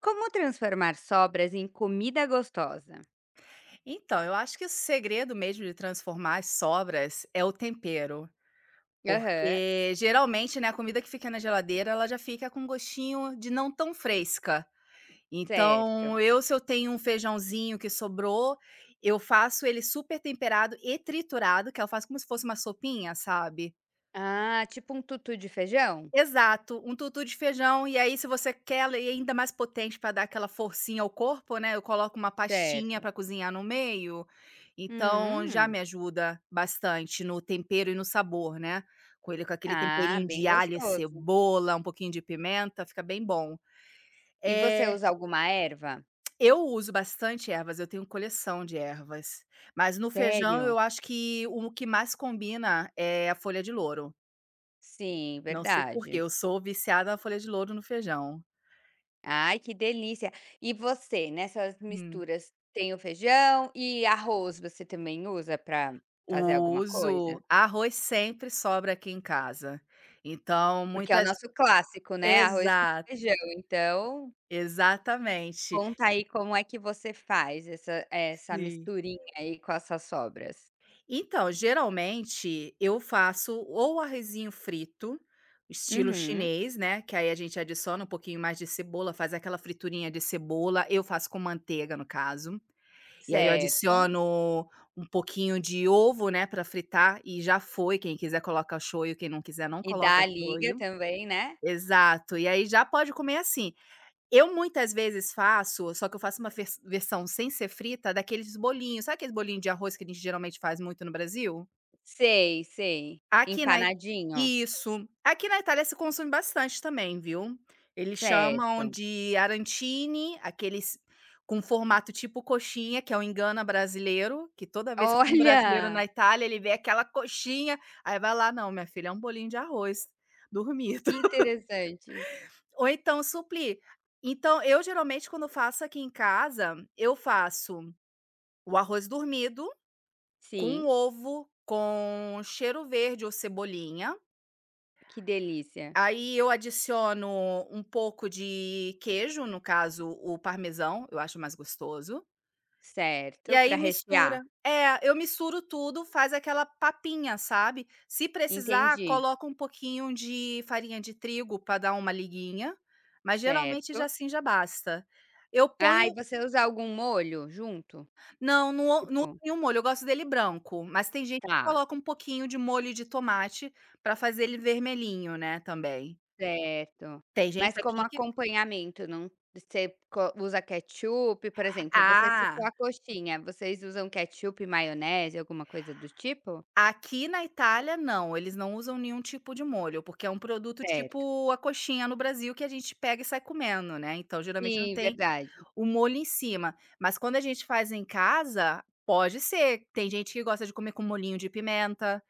Como transformar sobras em comida gostosa? Então, eu acho que o segredo mesmo de transformar as sobras é o tempero, Aham, porque geralmente, né, a comida que fica na geladeira, ela já fica com um gostinho de não tão fresca. Então, certo. eu se eu tenho um feijãozinho que sobrou, eu faço ele super temperado e triturado, que eu faço como se fosse uma sopinha, sabe? Ah, tipo um tutu de feijão? Exato, um tutu de feijão, e aí se você quer ela ir ainda mais potente para dar aquela forcinha ao corpo, né, eu coloco uma pastinha Certo. para cozinhar no meio, então já Hum. me ajuda bastante no tempero e no sabor, né, com ele com aquele Ah, temperinho bem de alho e gostoso. cebola, um pouquinho de pimenta, fica bem bom. E você É, usa alguma erva? eu uso bastante ervas, eu tenho coleção de ervas, mas no feijão eu Sério? acho que o que mais combina é a folha de louro, Sim, não sei por quê, verdade. eu sou viciada na folha de louro no feijão. Ai, que delícia. E você, nessas Hum. misturas, tem o feijão e arroz você também usa para fazer alguma Uso. coisa? Arroz sempre sobra aqui em casa. Então, Porque é o muitas nosso clássico, né, arroz com Exato, feijão, então exatamente. conta aí como é que você faz essa Sim. misturinha aí com as suas sobras. Então, geralmente, eu faço ou arrozinho frito, estilo Uhum, chinês, né, que aí a gente adiciona um pouquinho mais de cebola, faz aquela friturinha de cebola, eu faço com manteiga, no caso. E aí eu certo. adiciono um pouquinho de ovo, né, para fritar e já foi, quem quiser coloca shoyu, quem não quiser não E dá coloca a liga shoyu. também, né. Exato, e aí já pode comer assim. Eu muitas vezes faço, só que eu faço uma versão sem ser frita daqueles bolinhos, sabe aqueles bolinhos de arroz que a gente geralmente faz muito no Brasil? Sei, sei. Aqui na I Empanadinho? Isso. Aqui na Itália se consome bastante também, viu. Eles chamam Certo. de arancini, aqueles com formato tipo coxinha, que é o engana brasileiro, que toda vez que tem um brasileiro Olha, na Itália, ele vê aquela coxinha, aí vai lá: "Não, minha filha, é um bolinho de arroz dormido". que interessante. Ou então suplir. Então, eu geralmente quando faço aqui em casa, eu faço o arroz dormido, com Sim, ovo, com cheiro verde ou cebolinha. que delícia. Aí eu adiciono um pouco de queijo, no caso o parmesão, eu acho mais gostoso. E Certo, para aí rechear. mistura é, eu misturo tudo, faz aquela papinha, sabe. Se precisar, Entendi. coloca um pouquinho de farinha de trigo para dar uma liguinha, mas geralmente já Certo. assim já basta. Eu Ah, e ponho você usa algum molho junto? Não, não ou não uso Tipo, nenhum molho, eu gosto dele branco, mas tem gente que tá. coloca um pouquinho de molho de tomate pra fazer ele vermelhinho, né, também. Certo. Tem gente Mas como aqui que acompanhamento, não, você co usa ketchup, por exemplo, você ah, citou a coxinha, vocês usam ketchup, maionese, alguma coisa do tipo? aqui na Itália não, eles não usam nenhum tipo de molho, porque é um produto Certo. tipo a coxinha no Brasil que a gente pega e sai comendo, né, então geralmente não Sim, tem verdade. o molho em cima, mas quando a gente faz em casa, pode ser. Tem gente que gosta de comer com molhinho de pimenta,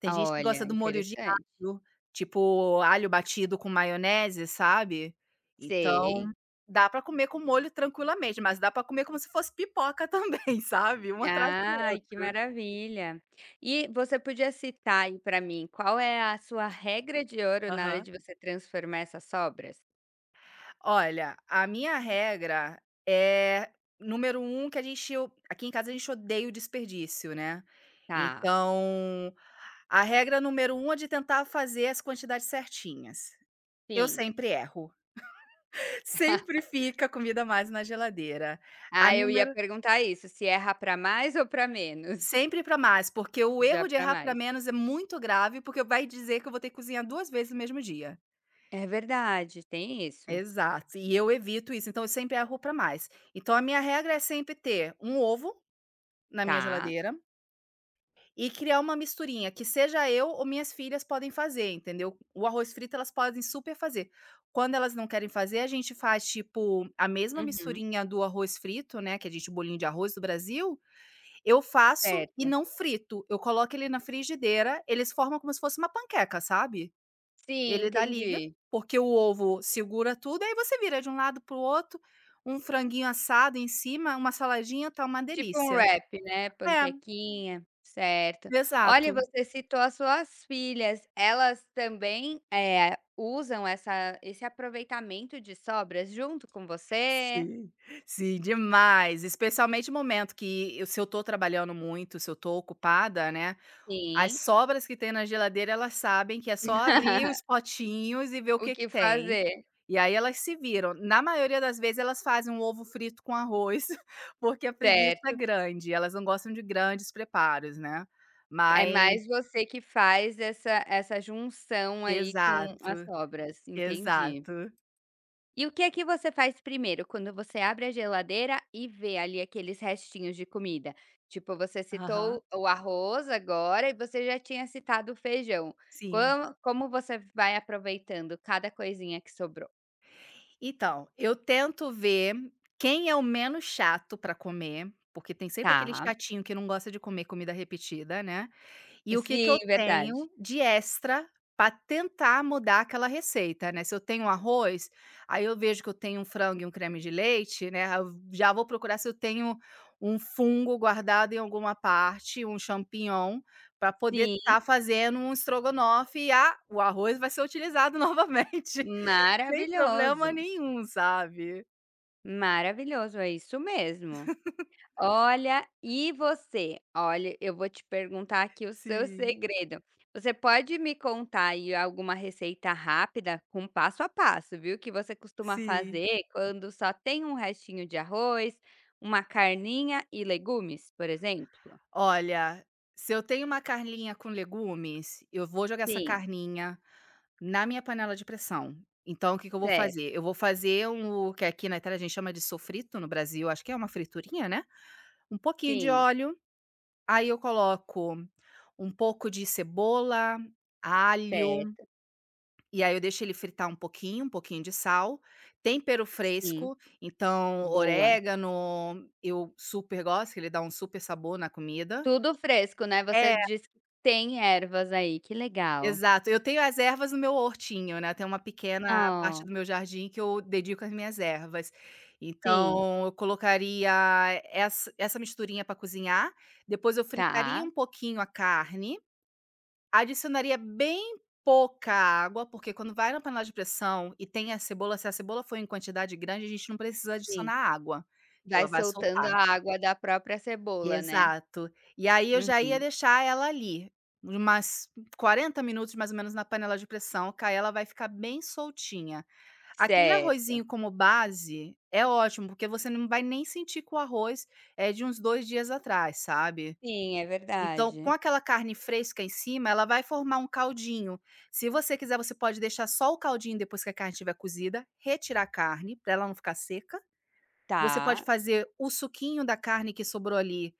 tem gente que Olha, gosta do molho de interessante. alho, tipo alho batido com maionese, sabe. Então, Sei. dá pra comer com molho tranquilamente, mas dá pra comer como se fosse pipoca também, sabe, um atrás do Ai, que outro. maravilha. E você podia citar aí pra mim, qual é a sua regra de ouro na hora Aham. de você transformar essas sobras? Olha, a minha regra é, número um que a gente o aqui em casa a gente odeia o desperdício, né. Tá, Então, a regra número um é de tentar fazer as quantidades certinhas. Eu sim. sempre erro. Sempre fica comida a mais na geladeira. A Ah, eu ia número perguntar isso, se erra para mais ou para menos? Sempre para mais, porque o Já erro de para errar para mais. menos é muito grave, porque vai dizer que eu vou ter que cozinhar 2 vezes no mesmo dia. É verdade, tem isso. Exato, e eu evito isso, então eu sempre erro para mais. Então a minha regra é sempre ter um ovo na minha Tá. geladeira, e criar uma misturinha que seja eu ou minhas filhas podem fazer, entendeu. O arroz frito elas podem super fazer. Quando elas não querem fazer, a gente faz, tipo, a mesma Uhum. misturinha do arroz frito, né, que a gente o bolinho de arroz do Brasil, eu faço e Certo. não frito, eu coloco ele na frigideira, eles formam como se fosse uma panqueca, sabe. Sim, Ele dá liga, entendi. porque o ovo segura tudo, aí você vira de um lado pro outro, um franguinho assado em cima, uma saladinha, tá uma Tipo um delícia. wrap, né, É, panquequinha, certo. Olha, exato. você citou as suas filhas, elas também, usam essa esse aproveitamento de sobras junto com você? Sim, sim, demais. Especialmente no momento que eu se eu tô trabalhando muito, se eu tô ocupada, né, as Sim. sobras que tem na geladeira, elas sabem que é só abrir os potinhos e ver o O que que que tem. fazer, E aí elas se viram. Na maioria das vezes, elas fazem um ovo frito com arroz, porque a preguiça é certo. grande, elas não gostam de grandes preparos, né. É Mas mais você que faz essa junção aí com as Exato, sobras, entendi. exato. E o que é que você faz primeiro quando você abre a geladeira e vê ali aqueles restinhos de comida? Tipo, você Aham, citou o arroz agora e você já tinha citado o feijão. sim. Como você vai aproveitando cada coisinha que sobrou? Então, eu tento ver quem é o menos chato pra comer, porque tem sempre aquele Tá. chatinho que não gosta de comer comida repetida, né, e o que que Sim, eu verdade. tenho de extra pra tentar mudar aquela receita, né. Se eu tenho arroz, aí eu vejo que eu tenho um frango e um creme de leite, né, aí eu já vou procurar se eu tenho um fungo guardado em alguma parte, um champignon, pra poder Sim, estar fazendo um estrogonofe e, ah, o arroz vai ser utilizado novamente. Sem problema maravilhoso. nenhum, sabe. Maravilhoso, é isso mesmo. Olha, e você? Olha, eu vou te perguntar aqui o seu Sim, segredo. Você pode me contar aí alguma receita rápida com passo a passo, viu, que você costuma sim. fazer quando só tem um restinho de arroz, uma carninha e legumes, por exemplo? Olha, se eu tenho uma carninha com legumes, eu vou jogar essa Sim, carninha na minha panela de pressão. Então o que que eu vou fazer? certo. Eu vou fazer um o que aqui na Itália a gente chama de sofrito, no Brasil acho que é uma friturinha, né, um pouquinho de Sim, óleo, aí eu coloco um pouco de cebola, alho. certo. E aí eu deixo ele fritar um pouquinho de sal, tempero Sim, fresco, então boa. orégano, eu super gosto, que ele dá um super sabor na comida. Tudo fresco, né, você É, disse que tem ervas aí, que legal. exato. Eu tenho as ervas no meu hortinho, né, tem uma pequena, Claro, parte Oh, do meu jardim que eu dedico às minhas ervas. sim, Então eu colocaria essa misturinha para cozinhar, depois eu fritaria tá. um pouquinho a carne. Adicionaria bem pouca água, porque quando vai na panela de pressão e tem a cebola, se a cebola for em quantidade grande, a gente não precisa Sim. adicionar água, ela Vai vai soltando soltar. a água da própria cebola, né? Exato. E aí eu já ia Uhum. deixar ela ali, umas 40 minutos mais ou menos na panela de pressão, que aí ela vai ficar bem soltinha. Aquele Certo. arrozinho como base é ótimo, porque você não vai nem sentir que o arroz é de uns 2 dias atrás, sabe. Sim, é Então, com verdade. aquela carne fresca em cima, ela vai formar um caldinho. Se você quiser, você pode deixar só o caldinho depois que a carne estiver cozida, retirar a carne para ela não ficar seca. Você pode Tá. fazer o suquinho da carne que sobrou ali,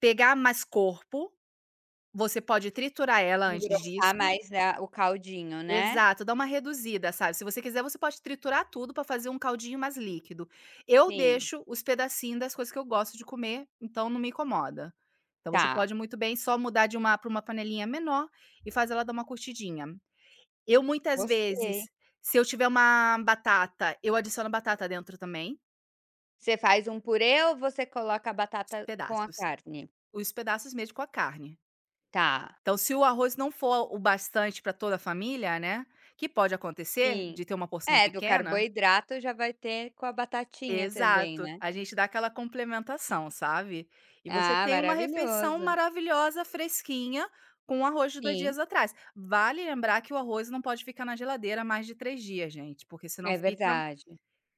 pegar mais corpo, você pode triturar ela antes Engrossar disso. mais a o caldinho, né? Exato, dá uma reduzida, sabe. Se você quiser, você pode triturar tudo para fazer um caldinho mais líquido. Eu Sim, deixo os pedacinhos das coisas que eu gosto de comer, então não me incomoda. Então você tá. pode muito bem só mudar de uma para uma panelinha menor e faz ela dar uma curtidinha. Eu muitas vezes, Gostei. se eu tiver uma batata, eu adiciono batata dentro também, Você faz um purê ou você coloca a batata com a pedaços. carne? Os pedaços mesmo com a carne. Tá. Então se o arroz não for o bastante para toda a família, né, que pode acontecer Sim. de ter uma porção É, do pequena. carboidrato já vai ter com a batatinha também, Exato, né? a gente dá aquela complementação, sabe. E você Ah, tem uma refeição maravilhoso. maravilhosa, fresquinha, com o arroz de dois Sim, dias atrás. Vale lembrar que o arroz não pode ficar na geladeira mais de 3 dias, gente, porque senão é fica verdade.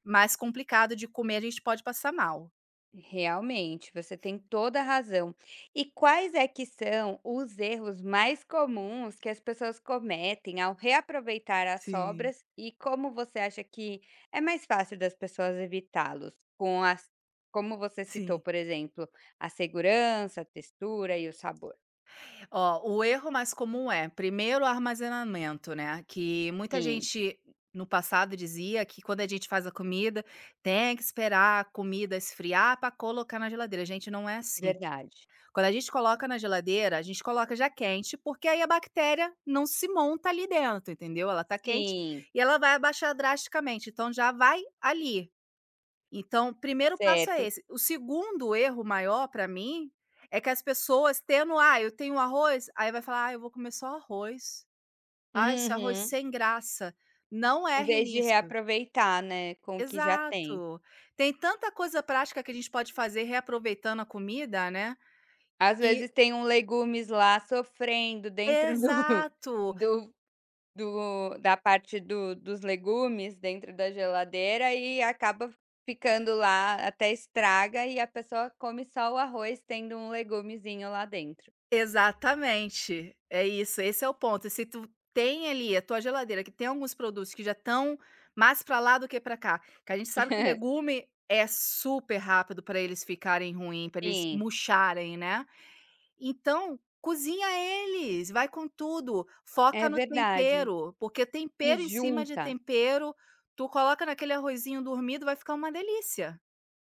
mais complicado de comer, a gente pode passar mal. Realmente, você tem toda a razão. E quais é que são os erros mais comuns que as pessoas cometem ao reaproveitar as Sim, sobras e como você acha que é mais fácil das pessoas evitá-los? Com as, como você citou, sim. por exemplo, a segurança, a textura e o sabor. Ó, o erro mais comum é, primeiro, o armazenamento, né, que muita Sim, gente no passado dizia que quando a gente faz a comida, tem que esperar a comida esfriar para colocar na geladeira, gente, não é assim. verdade. Quando a gente coloca na geladeira, a gente coloca já quente, porque aí a bactéria não se monta ali dentro, entendeu? Ela tá quente Sim, e ela vai abaixar drasticamente, então já vai ali. Então, o primeiro passo é certo. esse. O segundo erro maior para mim é que as pessoas tendo: "Ah, eu tenho arroz", aí vai falar: "Ah, eu vou comer só arroz. Ah, esse Uhum. arroz sem graça". Não Em erre vez de nisso. reaproveitar, né, com o que já tem. Exato. Tem tanta coisa prática que a gente pode fazer reaproveitando a comida, né, Às que vezes tem um legumes lá sofrendo dentro do exato. do do da parte do dos legumes dentro da geladeira e acaba ficando lá até estraga e a pessoa come só o arroz tendo um legumezinho lá dentro. Exatamente, é isso, esse é o ponto. E se tu tem ali a tua geladeira que tem alguns produtos que já estão mais para lá do que para cá, que a gente sabe que legume é super rápido para eles ficarem ruim, para eles Sim, murcharem, né. Então, cozinha eles, vai com tudo, foca é no verdade. tempero, porque E tempero em cima de junta. tempero, tu coloca naquele arrozinho dormido, vai ficar uma delícia.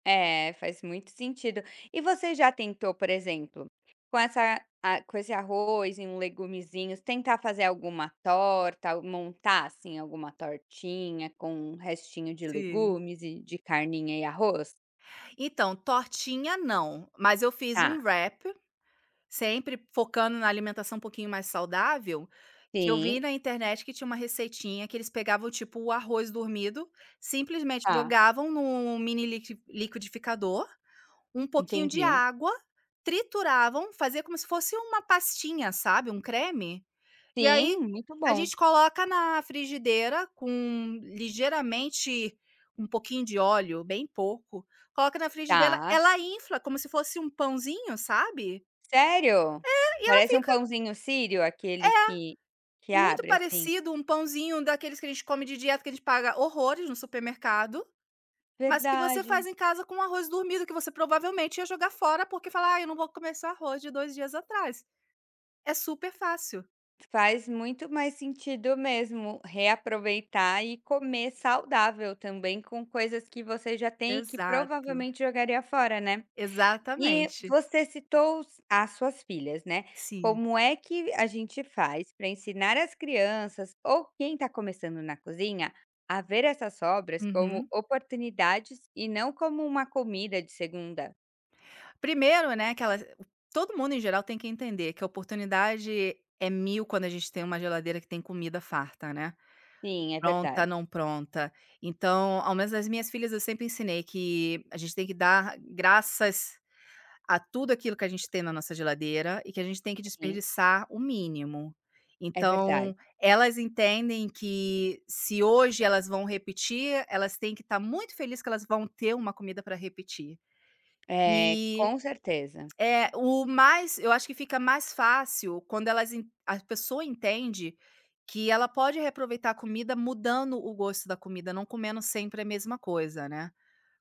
É, faz muito sentido. E você já tentou, por exemplo, com essa a com esse arroz e um legumezinhos, tentar fazer alguma torta, ou montar, assim, alguma tortinha com um restinho de Sim. legumes e de carninha e arroz? Então, tortinha não, mas eu fiz Tá. um wrap. Sempre focando na alimentação um pouquinho mais saudável, que eu Sim. vi na internet que tinha uma receitinha que eles pegavam, tipo, o arroz dormido, simplesmente Tá, jogavam num mini liquidificador, um pouquinho de entendi. água, trituravam, fazia como se fosse uma pastinha, sabe, um creme, e aí Sim, muito a bom. gente coloca na frigideira com ligeiramente um pouquinho de óleo, bem pouco, coloca na frigideira, Tá. ela infla como se fosse um pãozinho, sabe, Sério? e ela Parece um fica pãozinho sírio, aquele que muito abre, assim. parecido um pãozinho daqueles que a gente come de dieta, que a gente paga horrores no supermercado, mas que você faz Verdade. em casa com arroz dormido, que você provavelmente ia jogar fora, porque fala: "Ah, eu não vou comer esse arroz de 2 dias atrás". É super fácil. Faz muito mais sentido mesmo reaproveitar e comer saudável também com coisas que você já tem e que Exato, provavelmente jogaria fora, né. E exatamente. você citou os as suas filhas, né. Sim. Como é que a gente faz para ensinar as crianças ou quem está começando na cozinha a ver essas sobras como Uhum. oportunidades e não como uma comida de segunda? Primeiro, né, que ela todo mundo em geral tem que entender que a oportunidade é mil quando a gente tem uma geladeira que tem comida farta, né. Sim, é Pronta, verdade. não pronta. Então, ao menos as minhas filhas eu sempre ensinei que a gente tem que dar graças a tudo aquilo que a gente tem na nossa geladeira e que a gente tem que Sim, desperdiçar o mínimo. é verdade. Então, elas entendem que se hoje elas vão repetir, elas têm que estar muito felizes que elas vão ter uma comida para repetir. É, E com certeza. é, o mais eu acho que fica mais fácil quando elas en a pessoa entende que ela pode reaproveitar a comida mudando o gosto da comida, não comendo sempre a mesma coisa, né.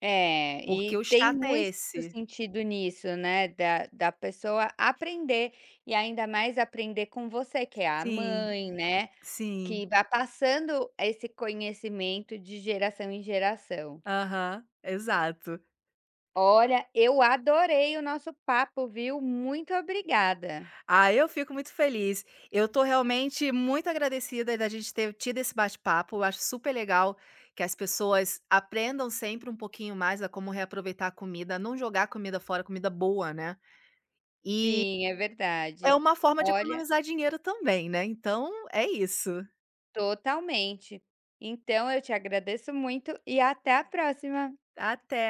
É, Porque o e tem chato é muito esse. sentido nisso, né, da pessoa aprender, e ainda mais aprender com você, que é a Sim, mãe, né, sim. que vai passando esse conhecimento de geração em geração. Aham, exato. Olha, eu adorei o nosso papo, viu, muito obrigada. Ah, eu fico muito feliz. Eu tô realmente muito agradecida da gente ter tido esse bate-papo, eu acho super legal que as pessoas aprendam sempre um pouquinho mais a como reaproveitar a comida, não jogar comida fora, comida boa, né. Sim, é verdade. É uma forma de Olha, economizar dinheiro também, né, então é isso. totalmente. Então eu te agradeço muito e até a próxima. Até.